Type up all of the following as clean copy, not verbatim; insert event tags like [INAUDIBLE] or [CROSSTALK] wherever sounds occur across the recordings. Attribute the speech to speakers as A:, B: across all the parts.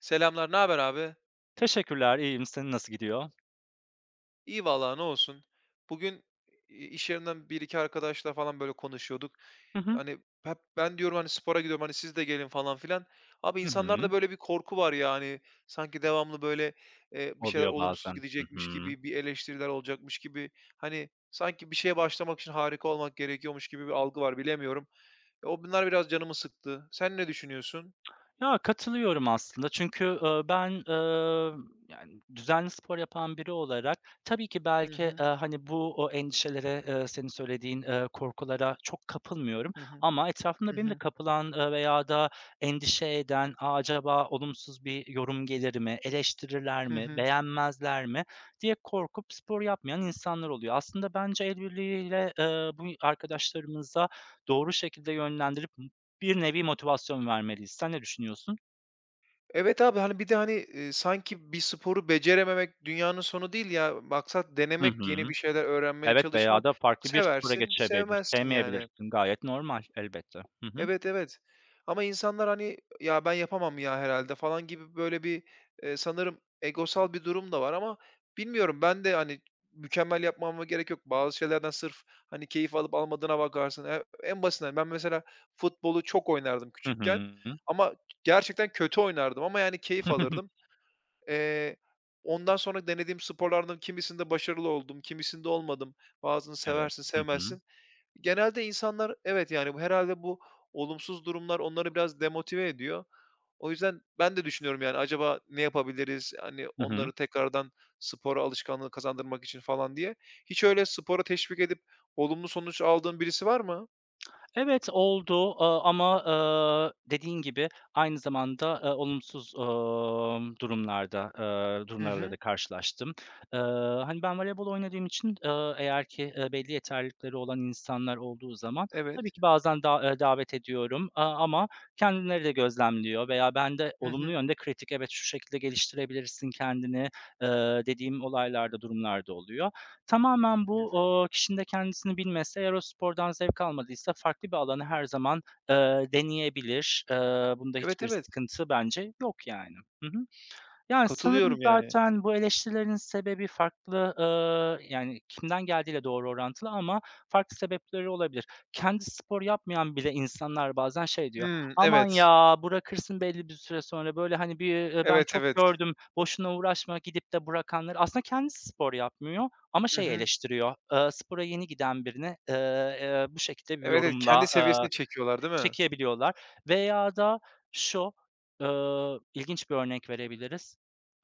A: Selamlar, ne haber abi?
B: Teşekkürler, iyiyim. Senin nasıl gidiyor?
A: İyi vallahi ne olsun. Bugün iş yerinden bir iki arkadaşla falan böyle konuşuyorduk.
B: Hı hı.
A: Hani hep ben diyorum, hani spora gidiyorum, hani siz de gelin falan filan. Abi
B: Hı hı.
A: insanlarda böyle bir korku var ya, hani sanki devamlı böyle bir şeyler
B: Oluyor
A: olumsuz
B: bazen. Hı
A: gidecekmiş
B: hı.
A: gibi, bir eleştiriler olacakmış gibi, hani sanki bir şeye başlamak için harika olmak gerekiyormuş gibi bir algı var, bilemiyorum. O bunlar biraz canımı sıktı. Sen ne düşünüyorsun?
B: Ya, katılıyorum aslında çünkü, ben, yani, düzenli spor yapan biri olarak tabii ki
A: Hı
B: belki,
A: hı,
B: hani, bu o endişelere, senin söylediğin, korkulara çok kapılmıyorum
A: hı hı,
B: ama etrafımda
A: hı
B: benim de
A: hı.
B: kapılan, veya da endişe eden, "A, acaba olumsuz bir yorum gelir mi, eleştirirler
A: Hı
B: mi,
A: hı.
B: beğenmezler mi?" diye korkup spor yapmayan insanlar oluyor. Aslında bence el birliğiyle, bu arkadaşlarımıza doğru şekilde yönlendirip bir nevi motivasyon vermeliyiz. Sen ne düşünüyorsun?
A: Evet abi, hani bir de, hani, sanki bir sporu becerememek dünyanın sonu değil ya. Maksat
B: Hı
A: denemek,
B: hı.
A: yeni bir şeyler öğrenmeye
B: Evet veya
A: çalışmak.
B: da farklı bir spora
A: Seversin,
B: geçebilir
A: sevmezsin yani.
B: sevmeyebilirsin. Gayet normal elbette. Hı hı.
A: Evet, evet. Ama insanlar, hani, "Ya, ben yapamam ya herhalde falan" gibi böyle bir, sanırım egosal bir durum da var ama bilmiyorum. Ben de, hani, mükemmel yapmama gerek yok. Bazı şeylerden sırf, hani, keyif alıp almadığına bakarsın. En basitinden ben mesela futbolu çok oynardım
B: Hı
A: küçükken
B: hı.
A: ama gerçekten kötü oynardım, ama yani keyif alırdım.
B: [LAUGHS]
A: Eee, Ondan sonra denediğim sporlardan kimisinde başarılı oldum, kimisinde olmadım. Bazını
B: Evet.
A: seversin,
B: Hı hı.
A: sevmezsin. Genelde insanlar, evet, yani bu herhâlde bu olumsuz durumlar onları biraz demotive ediyor. O yüzden ben de düşünüyorum, yani acaba ne yapabiliriz, hani
B: Hı hı.
A: onları tekrardan spora alışkanlığı kazandırmak için falan diye. Hiç öyle spora teşvik edip olumlu sonuç aldığın birisi var mı?
B: Evet, oldu, ama, dediğin gibi aynı zamanda, olumsuz, durumlarda,
A: Hı
B: durumlarla da
A: hı.
B: karşılaştım. Eee, hani, ben voleybol oynadığım için, eğer ki, belli yeterlilikleri olan insanlar olduğu zaman tabii
A: Evet.
B: ki bazen da davet ediyorum, ama kendileri de gözlemliyor veya ben de
A: Hı
B: olumlu
A: hı.
B: yönde kritik, "Evet, şu şekilde geliştirebilirsin kendini." Dediğim olaylarda durumlarda oluyor. Tamamen bu, kişinin de kendisini bilmesi, eğer o spordan zevk almadıysa farklı bir alanı her zaman, deneyebilir. Bunda
A: Evet,
B: hiçbir
A: evet.
B: sıkıntı bence yok yani. Hı hı. Yani, sanırım
A: Katılıyorum, yani.
B: zaten bu eleştirilerin sebebi farklı, yani, kimden geldiğiyle doğru orantılı ama farklı sebepleri olabilir. Kendi spor yapmayan bile insanlar bazen şey diyor,
A: Hımm,
B: "Aman
A: evet.
B: ya, bırakırsın belli bir süre sonra." Böyle, hani, bir, ben
A: Evet,
B: çok
A: evet.
B: gördüm, "Boşuna uğraşma." gidip de bırakanları. Aslında kendisi spor yapmıyor ama
A: Hı
B: şey
A: hı.
B: eleştiriyor, spora yeni giden birine, bu şekilde bir
A: Evet, evet, kendi
B: yorumla,
A: seviyesine çekiyorlar, değil mi?
B: Çekebiliyorlar veya da şu, ilginç bir örnek verebiliriz.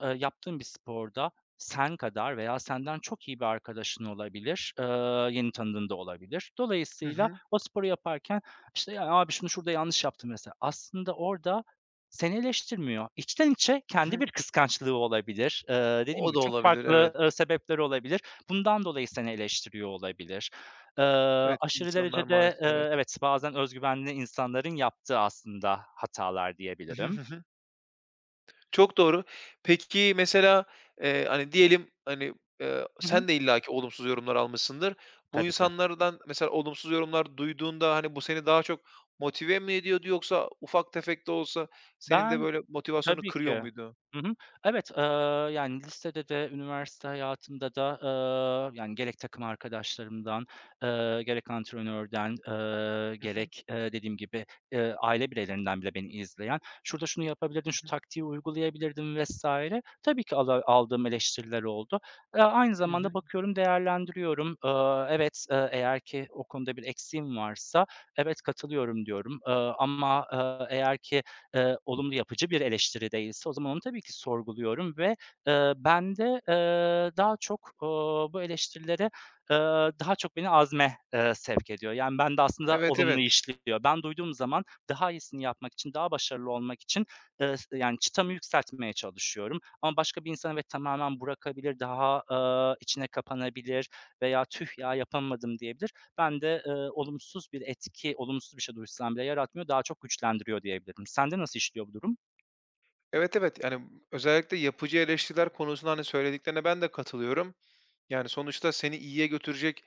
B: Yaptığın bir sporda sen kadar veya senden çok iyi bir arkadaşın olabilir, yeni tanıdığın da olabilir.
A: Hı
B: Dolayısıyla
A: hı.
B: o sporu yaparken, işte, "Ya, abi şunu şurada yanlış yaptım." mesela. Aslında orada seni eleştirmiyor. İçten içe
A: Hı
B: kendi
A: hı.
B: bir kıskançlığı olabilir. Dediğim
A: O
B: gibi
A: da
B: çok
A: olabilir,
B: farklı,
A: evet.
B: sebepleri olabilir. Bundan dolayı seni eleştiriyor olabilir. Eee,
A: Evet,
B: aşırı
A: insanlar
B: derecede,
A: maalesef, evet.
B: evet, bazen öz güvenli insanların yaptığı aslında hatalar
A: Hı hı,
B: diyebilirim.
A: hı hı. Çok doğru. Peki, mesela, hani, diyelim, hani,
B: Hı hı.
A: sen de illaki olumsuz yorumlar almışsındır. Bu
B: Tabii ki.
A: insanlardan mesela olumsuz yorumlar duyduğunda, hani bu seni daha çok motive mi ediyordu, yoksa ufak tefek de olsa senin de
B: Ben
A: böyle motivasyonunu
B: Tabii
A: kırıyor
B: ki.
A: muydu?
B: Hı hı. Evet, yani, lisede de üniversite hayatımda da, yani, gerek takım arkadaşlarımdan, gerek antrenörden,
A: Hı hı.
B: gerek, dediğim gibi, aile bireylerinden bile beni izleyen, "Şurada şunu yapabilirdin, şu taktiği uygulayabilirdin." vesaire. Tabii ki aldığım eleştiriler oldu. Aynı
A: Hı hı.
B: zamanda bakıyorum, değerlendiriyorum. Evet, eğer ki o konuda bir eksiğim varsa, "Evet, katılıyorum." diyorum. Ama, eğer ki olumlu yapıcı bir eleştiri değilse o zaman onu tabii ki sorguluyorum ve, ben de daha çok, bu eleştirilere, eee, daha çok beni azme, sevk ediyor. Yani ben de aslında
A: Evet,
B: olumlu
A: evet.
B: işliyor. Ben duyduğum zaman daha iyisini yapmak için, daha başarılı olmak için, s yani çıtamı yükseltmeye çalışıyorum ama başka bir insan evet tamamen bırakabilir, daha, içine kapanabilir veya "Tüh ya, yapamadım." diyebilir. Bende, olumsuz bir etki, olumsuz bir şey duysam bile yaratmıyor, daha çok güçlendiriyor diyebilirim. Sende nasıl işliyor bu durum?
A: Evet, evet. Yani özellikle yapıcı eleştiriler konusunda, hani, söylediklerine ben de katılıyorum. Yani sonuçta seni iyiye götürecek,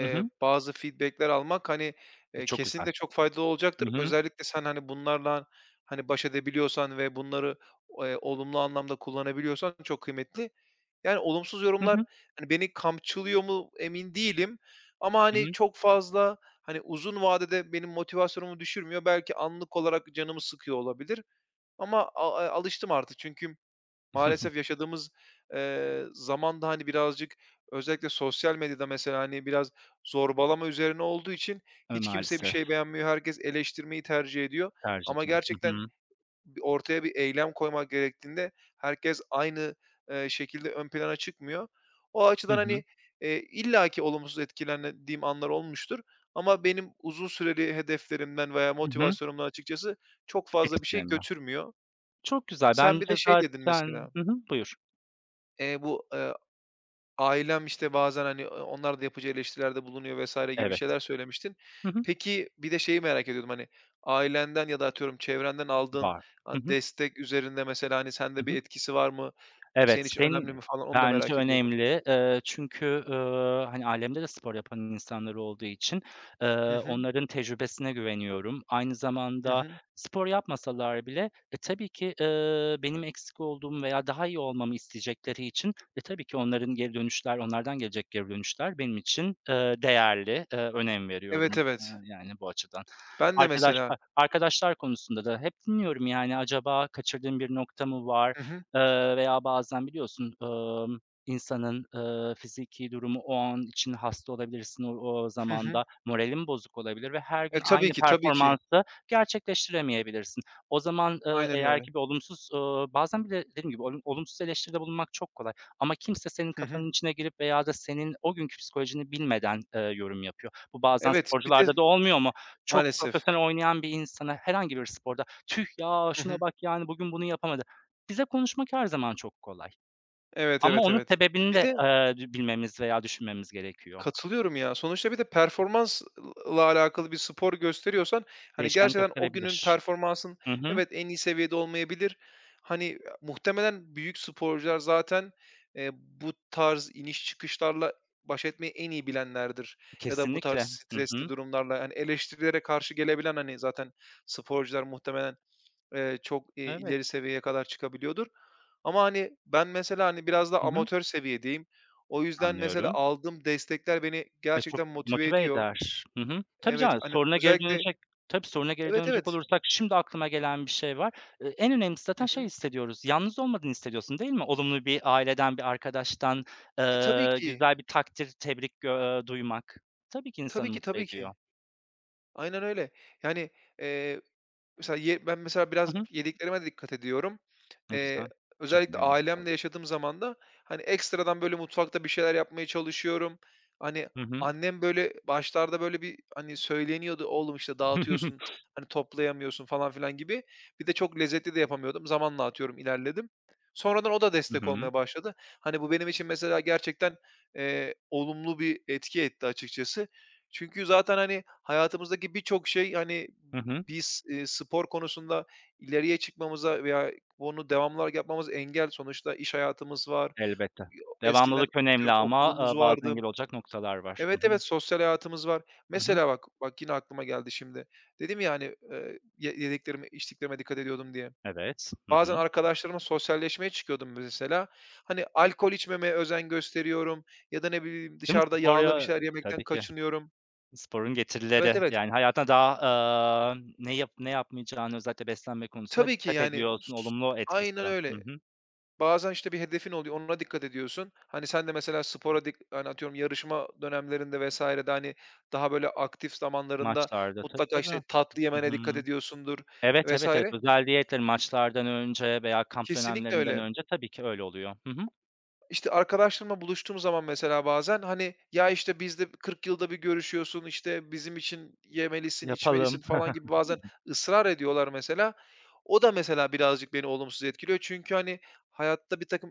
B: Hı hı.
A: bazı feedback'ler almak, hani,
B: E, çok güzel.
A: kesinlikle çok faydalı
B: Hı
A: olacaktır.
B: hı.
A: Özellikle sen, hani, bunlarla, hani, baş edebiliyorsan ve bunları, olumlu anlamda kullanabiliyorsan çok kıymetli. Yani olumsuz
B: Hı
A: yorumlar,
B: hı.
A: hani, beni kamçılıyor mu emin değilim, ama,
B: Hı
A: hani,
B: hı.
A: çok fazla, hani, uzun vadede benim motivasyonumu düşürmüyor. Belki anlık olarak canımı sıkıyor olabilir, ama a a alıştım artık çünkü maalesef
B: [LAUGHS]
A: yaşadığımız, zaman da, hani, birazcık özellikle sosyal medyada mesela, hani, biraz zorbalama üzerine olduğu için
B: E,
A: hiç kimse bir
B: maalesef
A: şey beğenmiyor. Herkes eleştirmeyi tercih ediyor,
B: tercih
A: ama
B: ediyorum. Hı
A: gerçekten
B: hı.
A: bir ortaya bir eylem koymak gerektiğinde herkes aynı, şekilde ön plana çıkmıyor. O
B: Hı
A: açıdan,
B: hı.
A: hani, illaki olumsuz etkilendiğim anlar olmuştur, ama benim uzun süreli hedeflerimden veya
B: Hı hı.
A: motivasyonumdan açıkçası çok fazla bir şey
B: Etkilemiyor.
A: götürmüyor.
B: Çok güzel.
A: Sen bir
B: Bence
A: de şey dedin
B: zaten
A: mesela,
B: Hı hı. Buyur.
A: eee, bu, eee ailem, işte, bazen, hani, onlar da yapıcı eleştirilerde bulunuyor vesaire gibi
B: Evet.
A: şeyler söylemiştin.
B: Hı hı.
A: Peki, bir de şeyi merak ediyordum, hani, ailenden ya da atıyorum çevrenden aldığın,
B: Var. Hı
A: hani,
B: hı.
A: destek üzerinde mesela, hani, sende
B: Hı
A: bir
B: hı.
A: etkisi var mı?
B: Evet,
A: Senin için
B: ben
A: önemli mi falan onu da
B: bence
A: merak ediyordum.
B: önemli. Çünkü, hani, ailemde de spor yapan insanlar olduğu için, eee,
A: Hı hı.
B: onların tecrübesine güveniyorum. Aynı
A: Hı
B: zamanda
A: hı.
B: spor yapmasalar bile, e, tabii ki, benim eksik olduğum veya daha iyi olmamı isteyecekleri için, e, tabii ki onların geri dönüşler, onlardan gelecek geri dönüşler benim için, değerli. Önem
A: Evet,
B: veriyorum,
A: evet.
B: yani, bu açıdan.
A: Ben de mesela.
B: Arkadaşlar konusunda da hep dinliyorum, yani, acaba kaçırdığım bir nokta mı var?
A: Hı hı.
B: Veya bazen biliyorsun, insanın, fiziki durumu o an için hasta olabilirsin o
A: Hı hı.
B: zamanda, moralin bozuk olabilir ve her gün aynı
A: Tabii ki, tabii ki.
B: performansı gerçekleştiremeyebilirsin. O zaman,
A: Aynen
B: eğer
A: öyle.
B: ki bir olumsuz, bazen bir dediğim gibi olumsuz eleştiride bulunmak çok kolay ama kimse senin
A: Hı hı.
B: kafanın içine girip veya da senin o günkü psikolojini bilmeden, yorum yapıyor. Bu bazen
A: Evet, bir de
B: sporcularda da olmuyor mu? Çok
A: maalesef.
B: profesyonel oynayan bir insana herhangi bir sporda, "Tüh ya,
A: Hı
B: şuna
A: hı.
B: bak yani bugün bunu yapamadı." Bize konuşmak her zaman çok kolay
A: Evet,
B: ama
A: evet,
B: onun
A: evet.
B: sebebini
A: Bir
B: de,
A: de
B: dü bilmemiz veya düşünmemiz gerekiyor.
A: katılıyorum ya. Sonuçta bir de performansla alakalı bir spor gösteriyorsan, hani
B: Değişkenlik
A: gerçekten o günün
B: gösterebilir.
A: performansın,
B: Hı hı.
A: evet, en iyi seviyede olmayabilir. Hani muhtemelen büyük sporcular zaten, bu tarz iniş çıkışlarla baş etmeyi en iyi bilenlerdir, ya da bu tarz
B: Kesinlikle. Hı
A: stresli
B: hı.
A: durumlarla, yani eleştirilere karşı gelebilen, hani, zaten sporcular muhtemelen çok, ileri
B: Evet.
A: seviyeye kadar çıkabiliyordur. Ama, hani, ben mesela, hani, biraz da
B: Hı hı.
A: amatör seviyedeyim. O yüzden mesela
B: Anlıyorum.
A: aldığım destekler beni
B: E, çok
A: gerçekten motive
B: motive
A: ediyor.
B: eder. Hı hı. Tabii
A: Evet,
B: canım,
A: hani,
B: soruna geri
A: özellikle
B: dönecek. Tabii, soruna geri
A: evet,
B: dönecek
A: evet.
B: olursak şimdi aklıma gelen bir şey var. En önemlisi
A: Hı
B: zaten şey
A: hı.
B: hissediyoruz, yalnız olmadığını hissediyorsun, değil mi? Olumlu bir aileden, bir arkadaştan,
A: E, tabii ki.
B: güzel bir takdir, tebrik gö duymak tabii ki
A: Tabii
B: insanı
A: ki,
B: mutlu
A: tabii ki.
B: ediyor.
A: Aynen öyle. Yani, eee mesela ben mesela biraz
B: Hı hı.
A: yediklerime de dikkat ediyorum.
B: Ne güzel.
A: Eee,
B: Çok
A: Özellikle
B: önemli
A: ailemle
B: oldu.
A: yaşadığım zaman da, hani, ekstradan böyle mutfakta bir şeyler yapmaya çalışıyorum. Hani,
B: Hı hı.
A: annem böyle başlarda böyle bir, hani, söyleniyordu: "Oğlum, işte, dağıtıyorsun,
B: [LAUGHS]
A: hani, toplayamıyorsun." falan filan gibi. Bir de çok lezzetli de yapamıyordum. Zamanla atıyorum ilerledim. Sonradan o da
B: Hı
A: destek
B: hı.
A: olmaya başladı. Hani bu benim için mesela gerçekten, olumlu bir etki etti açıkçası. Çünkü zaten, hani, hayatımızdaki birçok şey, hani,
B: Hı hı.
A: biz, spor konusunda ileriye çıkmamıza veya bunu devamlı olarak yapmamıza engel. Sonuçta iş hayatımız var.
B: Elbette.
A: Eskiden
B: Devamlılık önemli
A: atıyorum
B: ama,
A: okulumuz
B: bazı
A: vardı.
B: engel olacak noktalar var.
A: Evet,
B: Hı hı.
A: evet, sosyal hayatımız var.
B: Hı hı.
A: Mesela bak, bak yine aklıma geldi şimdi. Dedim ya, hani, ye yediklerime, içtiklerime dikkat ediyordum diye.
B: Evet. Hı hı.
A: Bazen arkadaşlarımla sosyalleşmeye çıkıyordum mesela. Hani alkol içmemeye özen gösteriyorum, ya da ne bileyim
B: Değil mi?
A: dışarıda
B: Spor
A: yağlı bir
B: ya.
A: şeyler yemekten
B: Tabii ki.
A: kaçınıyorum.
B: Sporun
A: Evet,
B: getirileri,
A: evet.
B: yani, hayatına daha, ne yap ne yapmayacağını özellikle beslenme konusunda
A: Tabii ki
B: dikkat
A: yani
B: ediyorsun. Olumlu etkisi.
A: aynen
B: Hı
A: öyle.
B: hı.
A: Bazen, işte, bir hedefin oluyor, ona dikkat ediyorsun. Hani, sen de mesela spora hani, atıyorum yarışma dönemlerinde vs.de, hani, daha böyle aktif zamanlarında
B: Maçlarda. Tabii,
A: mutlaka,
B: tabii.
A: işte, tatlı
B: Hı
A: yemene dikkat
B: hı.
A: ediyorsundur
B: Evet, evet, evet.
A: vesaire.
B: Özel diyetler maçlardan önce veya kamp
A: Kesinlikle
B: dönemlerinden
A: öyle.
B: önce tabii ki öyle oluyor. Hı hı.
A: İşte arkadaşlarımla buluştuğum zaman mesela bazen, hani, "Ya, işte, bizde 40 yılda bir görüşüyorsun, işte, bizim için yemelisin,
B: Yapalım.
A: içmelisin." falan
B: [LAUGHS]
A: gibi bazen ısrar ediyorlar mesela. O da mesela birazcık beni olumsuz etkiliyor. Çünkü, hani, hayatta bir takım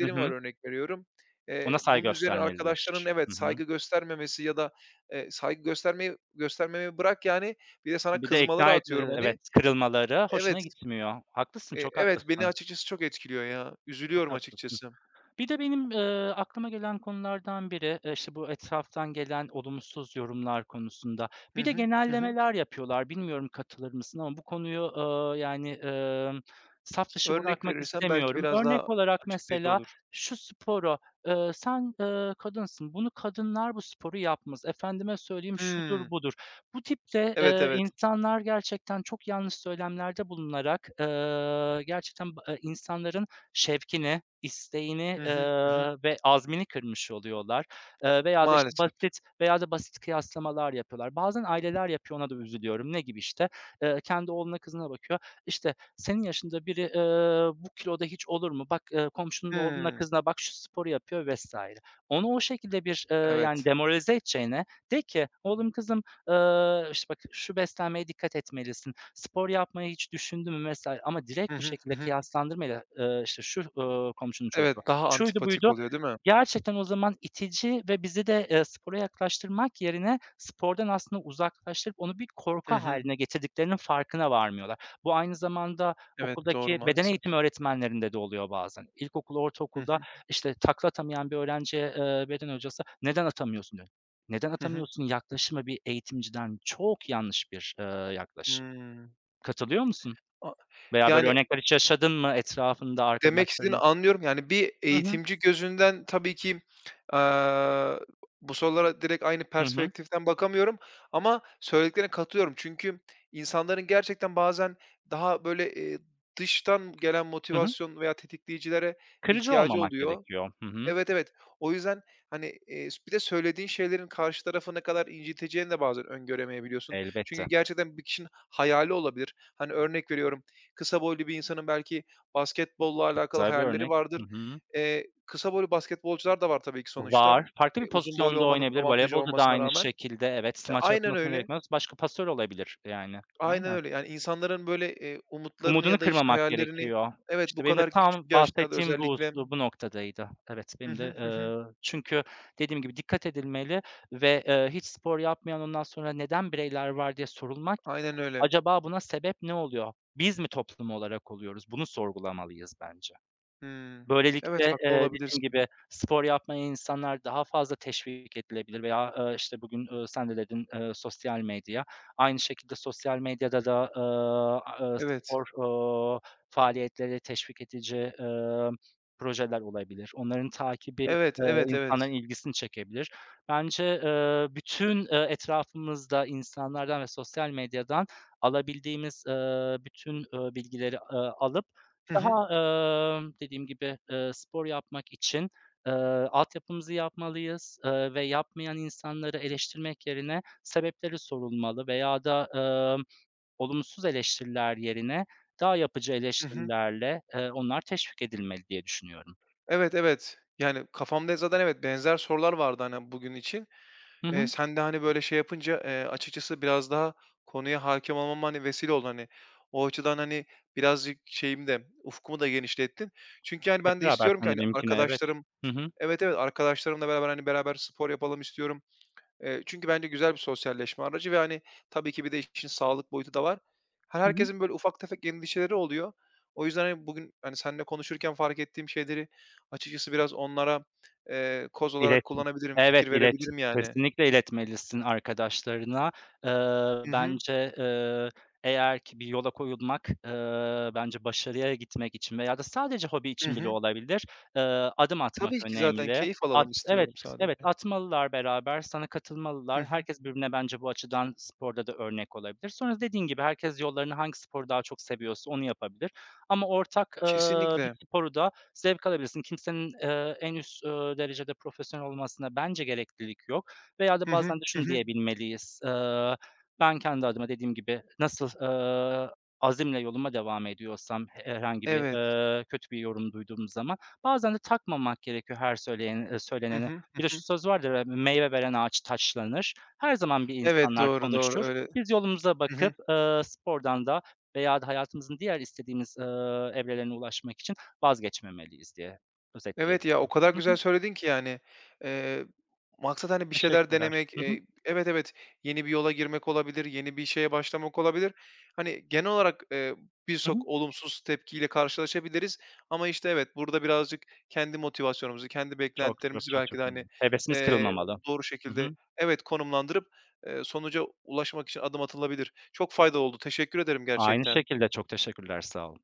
B: Hı
A: var,
B: hı.
A: örnek veriyorum.
B: Ona saygı
A: Bunun üzerine
B: göstermeliler.
A: arkadaşlarının, evet,
B: Hı hı.
A: saygı göstermemesi ya da, saygı göstermeyi göstermemeyi bırak, yani bir de sana
B: Bir de
A: kızmaları
B: ikna et
A: atıyorum, hani.
B: evet, kırılmaları
A: Evet,
B: hoşuna gitmiyor. Haklısın, çok
A: evet, beni
B: haklısın,
A: açıkçası çok etkiliyor ya.
B: çok
A: Üzülüyorum
B: haklısın.
A: açıkçası.
B: Bir de benim, aklıma gelen konulardan biri, işte, bu etraftan gelen olumsuz yorumlar konusunda.
A: Hı
B: Bir de
A: hı. Hı hı.
B: genellemeler yapıyorlar. Bilmiyorum katılır mısın ama bu konuyu, yani, saf dışı
A: Örnek
B: bırakmak
A: verirsen belki
B: istemiyorum.
A: biraz
B: Örnek
A: daha
B: olarak
A: açıklayıcı
B: mesela
A: olur.
B: şu sporu, sen, kadınsın, bunu kadınlar bu sporu yapmaz. Efendime söyleyeyim şudur
A: Hımm.
B: budur. Bu tip de,
A: Evet, evet.
B: insanlar gerçekten çok yanlış söylemlerde bulunarak, gerçekten ba insanların şevkini, isteğini,
A: Hı hı. Hı hı.
B: ve azmini kırmış oluyorlar. Veya da, işte,
A: Maalesef.
B: basit veya da basit kıyaslamalar yapıyorlar. Bazen aileler yapıyor, ona da üzülüyorum. Ne gibi, işte? Kendi oğluna kızına bakıyor. İşte, "Senin yaşında biri, bu kiloda hiç olur mu? Bak, komşunun oğluna
A: Hımm.
B: kızına bak, şu sporu yapıyor." vesaire. Onu o şekilde bir, yani,
A: Evet.
B: demoralize edeceğine de ki, "Oğlum, kızım, işte, bak şu beslenmeye dikkat etmelisin." Spor yapmayı hiç düşündün mü vs. ama
A: Hı
B: direkt bu
A: hı.
B: şekilde
A: Hı hı.
B: kıyaslandırmayla, işte, şu, komşunun
A: Evet,
B: çocuğu,
A: daha
B: şuydu
A: antipatik
B: buydu,
A: oluyor, değil mi?
B: gerçekten o zaman itici ve bizi de, spora yaklaştırmak yerine spordan aslında uzaklaştırıp onu bir
A: Hı
B: korku
A: hı.
B: hâline getirdiklerinin farkına varmıyorlar. Bu aynı zamanda
A: Evet, doğru
B: okuldaki beden
A: maalesef.
B: eğitimi öğretmenlerinde de oluyor bazen. İlkokul,
A: Hı
B: ortaokulda,
A: hı.
B: işte, takla atamayan bir öğrenciye, beden hocası "Neden atamıyorsun?" diyor. "Neden
A: Hı hı.
B: atamıyorsun?" yaklaşımı bir eğitimciden çok yanlış bir, yaklaşım.
A: Hımm.
B: Katılıyor musun?
A: A
B: Veya böyle
A: Yani
B: örnekler hiç yaşadın mı etrafında
A: demek istediğini
B: arkadaşların?
A: anlıyorum. Yani bir
B: Hı hı.
A: eğitimci gözünden tabii ki, aaa, bu sorulara direkt aynı
B: Hı hı.
A: perspektiften bakamıyorum ama söylediklerine katılıyorum. Çünkü insanların gerçekten bazen daha böyle, dıştan gelen
B: Hı hı.
A: motivasyon veya tetikleyicilere
B: Kırıcı
A: ihtiyacı
B: olmamak
A: oluyor.
B: gerekiyor. Hı hı.
A: Evet, evet. O yüzden, hani, bir de söylediğin şeylerin karşı tarafı ne kadar inciteceğini de bazen öngöremeyebiliyorsun. Çünkü
B: Elbette.
A: gerçekten bir kişinin hayali olabilir. Hani, örnek veriyorum, kısa boylu bir insanın belki basketbolla
B: Çok
A: alakalı
B: güzel bir
A: hayalleri
B: örnek.
A: vardır.
B: Hı hı.
A: Kısa boylu basketbolcular da var tabii ki sonuçta,
B: Var. Farklı bir
A: uzun boylu
B: pozisyonda
A: olmanın
B: oynayabilir.
A: avantajı
B: Voleybolda da
A: olmasına
B: aynı
A: rağmen.
B: şekilde evet, smaç
A: Aynen
B: atmasına
A: öyle,
B: gerekmez. Başka pasör olabilir yani.
A: aynen
B: Aynen.
A: öyle. Yani insanların böyle, umutlarını
B: Umudunu
A: ya da, işte,
B: kırmamak
A: hayallerini,
B: gerekiyor.
A: evet, bu
B: İşte benim de
A: kadar
B: tam
A: küçük yaşlarda
B: bahsettiğim bu
A: özellikle.
B: bu noktadaydı. Evet,
A: Hı
B: benim de,
A: hı, hı hı.
B: çünkü dediğim gibi dikkat edilmeli ve, hiç spor yapmayan ondan sonra neden bireyler var diye sorulmaz.
A: Aynen öyle.
B: Acaba buna sebep ne oluyor? Biz mi toplum olarak oluyoruz? Bunu sorgulamalıyız bence.
A: Hımm.
B: Böylelikle,
A: Evet, haklı
B: dediğim
A: olabilirsin.
B: gibi spor yapmaya insanlar daha fazla teşvik edilebilir veya, işte, bugün, sen de dedin, sosyal medya. Aynı şekilde sosyal medyada da, a
A: Evet.
B: spor, eee, faaliyetleri teşvik edici, projeler olabilir. Onların takibi,
A: Evet, evet,
B: insanların
A: evet.
B: ilgisini çekebilir. Bence, bütün, etrafımızda insanlardan ve sosyal medyadan alabildiğimiz, bütün, bilgileri, alıp
A: Hı hı.
B: daha, dediğim gibi, spor yapmak için, eee, altyapımızı yapmalıyız, ve yapmayan insanları eleştirmek yerine sebepleri sorulmalı veya da, emm, olumsuz eleştiriler yerine daha yapıcı
A: Hı hı.
B: eleştirilerle, onlar teşvik edilmeli diye düşünüyorum.
A: Evet, evet. Yani kafamda zaten, evet, benzer sorular vardı, hani, bugün için.
B: Hı hı.
A: Sen de, hani, böyle şey yapınca, açıkçası biraz daha konuya hâkim olmama, hani, vesile oldu, hani. O açıdan, hani, birazcık şeyimi de, ufkumu da genişlettin. Çünkü, hani,
B: Hep
A: ben de
B: beraber
A: istiyorum ki,
B: sen de
A: hani,
B: benimkine, evet.
A: arkadaşlarım,
B: Hı hı.
A: evet, evet, arkadaşlarımla beraber, hani, beraber spor yapalım istiyorum. Çünkü bence güzel bir sosyalleşme aracı ve, hani, tabii ki bir de işin sağlık boyutu da var. Her
B: Hı hı.
A: herkesin böyle ufak tefek endişeleri oluyor. O yüzden, hani, bugün, hani, seninle konuşurken fark ettiğim şeyleri açıkçası biraz onlara, koz olarak
B: İletme.
A: kullanabilirim,
B: Evet,
A: fikir
B: ilet.
A: verebilirim yani.
B: Kesinlikle iletmelisin arkadaşlarına.
A: Hı
B: Eee,
A: hı.
B: bence, eğer ki bir yola koyulmak, bence başarıya gitmek için veya da sadece hobi
A: Hı
B: için bile
A: hı.
B: olabilir, eee, adım atmak
A: Tabii ki zaten
B: önemli.
A: keyif
B: At
A: alalım
B: evet,
A: istiyorum
B: evet,
A: sadece.
B: atmalılar beraber, sana
A: Hı
B: katılmalılar.
A: hı.
B: Herkes birbirine bence bu açıdan sporda da örnek olabilir. Sonra dediğin gibi herkes yollarını hangi sporu daha çok seviyorsa onu yapabilir ama ortak, bir
A: Kesinlikle.
B: sporu da zevk alabilirsin. Kimsenin, en üst, derecede profesyonel olmasına bence gereklilik yok veya da
A: Hı hı.
B: bazen de
A: Hı
B: şunu
A: hı.
B: diyebilmeliyiz: Ben kendi adıma dediğim gibi nasıl, azimle yoluma devam ediyorsam herhangi bir,
A: Evet.
B: kötü bir yorum duyduğum zaman bazen de takmamak gerekiyor her söyleyen
A: Hı
B: söyleneni.
A: hı. Hı
B: Bir de şu
A: hı.
B: söz vardır ya, "Meyve veren ağaç taşlanır." Her zaman bir
A: Evet,
B: insanlar
A: doğru, doğru.
B: konuşur.
A: Öyle.
B: Biz yolumuza
A: Hı hı.
B: bakıp, spordan da veya da hayatımızın diğer istediğimiz, evrelerine ulaşmak için vazgeçmemeliyiz diye
A: Evet ya, o
B: özetleyebilirim.
A: kadar
B: Hı
A: güzel
B: hı,
A: söyledin ki yani. Eee, Maksat, hani, bir şeyler
B: teşekkürler.
A: denemek,
B: Hı hı,
A: evet, evet, yeni bir yola girmek olabilir, yeni bir şeye başlamak olabilir. Hani genel olarak,
B: hı hı.
A: birçok olumsuz tepkiyle karşılaşabiliriz, ama, işte, evet, burada birazcık kendi motivasyonumuzu, kendi
B: Çok, çok,
A: beklentilerimizi
B: çok, çok
A: belki de,
B: önemli.
A: hani,
B: Hevesimiz
A: eee,
B: kırılmamalı.
A: doğru
B: Hı hı.
A: şekilde, evet, konumlandırıp, sonuca ulaşmak için adım atılabilir. Çok faydalı oldu. Teşekkür ederim
B: Aynı
A: gerçekten.
B: şekilde çok teşekkürler, sağ ol.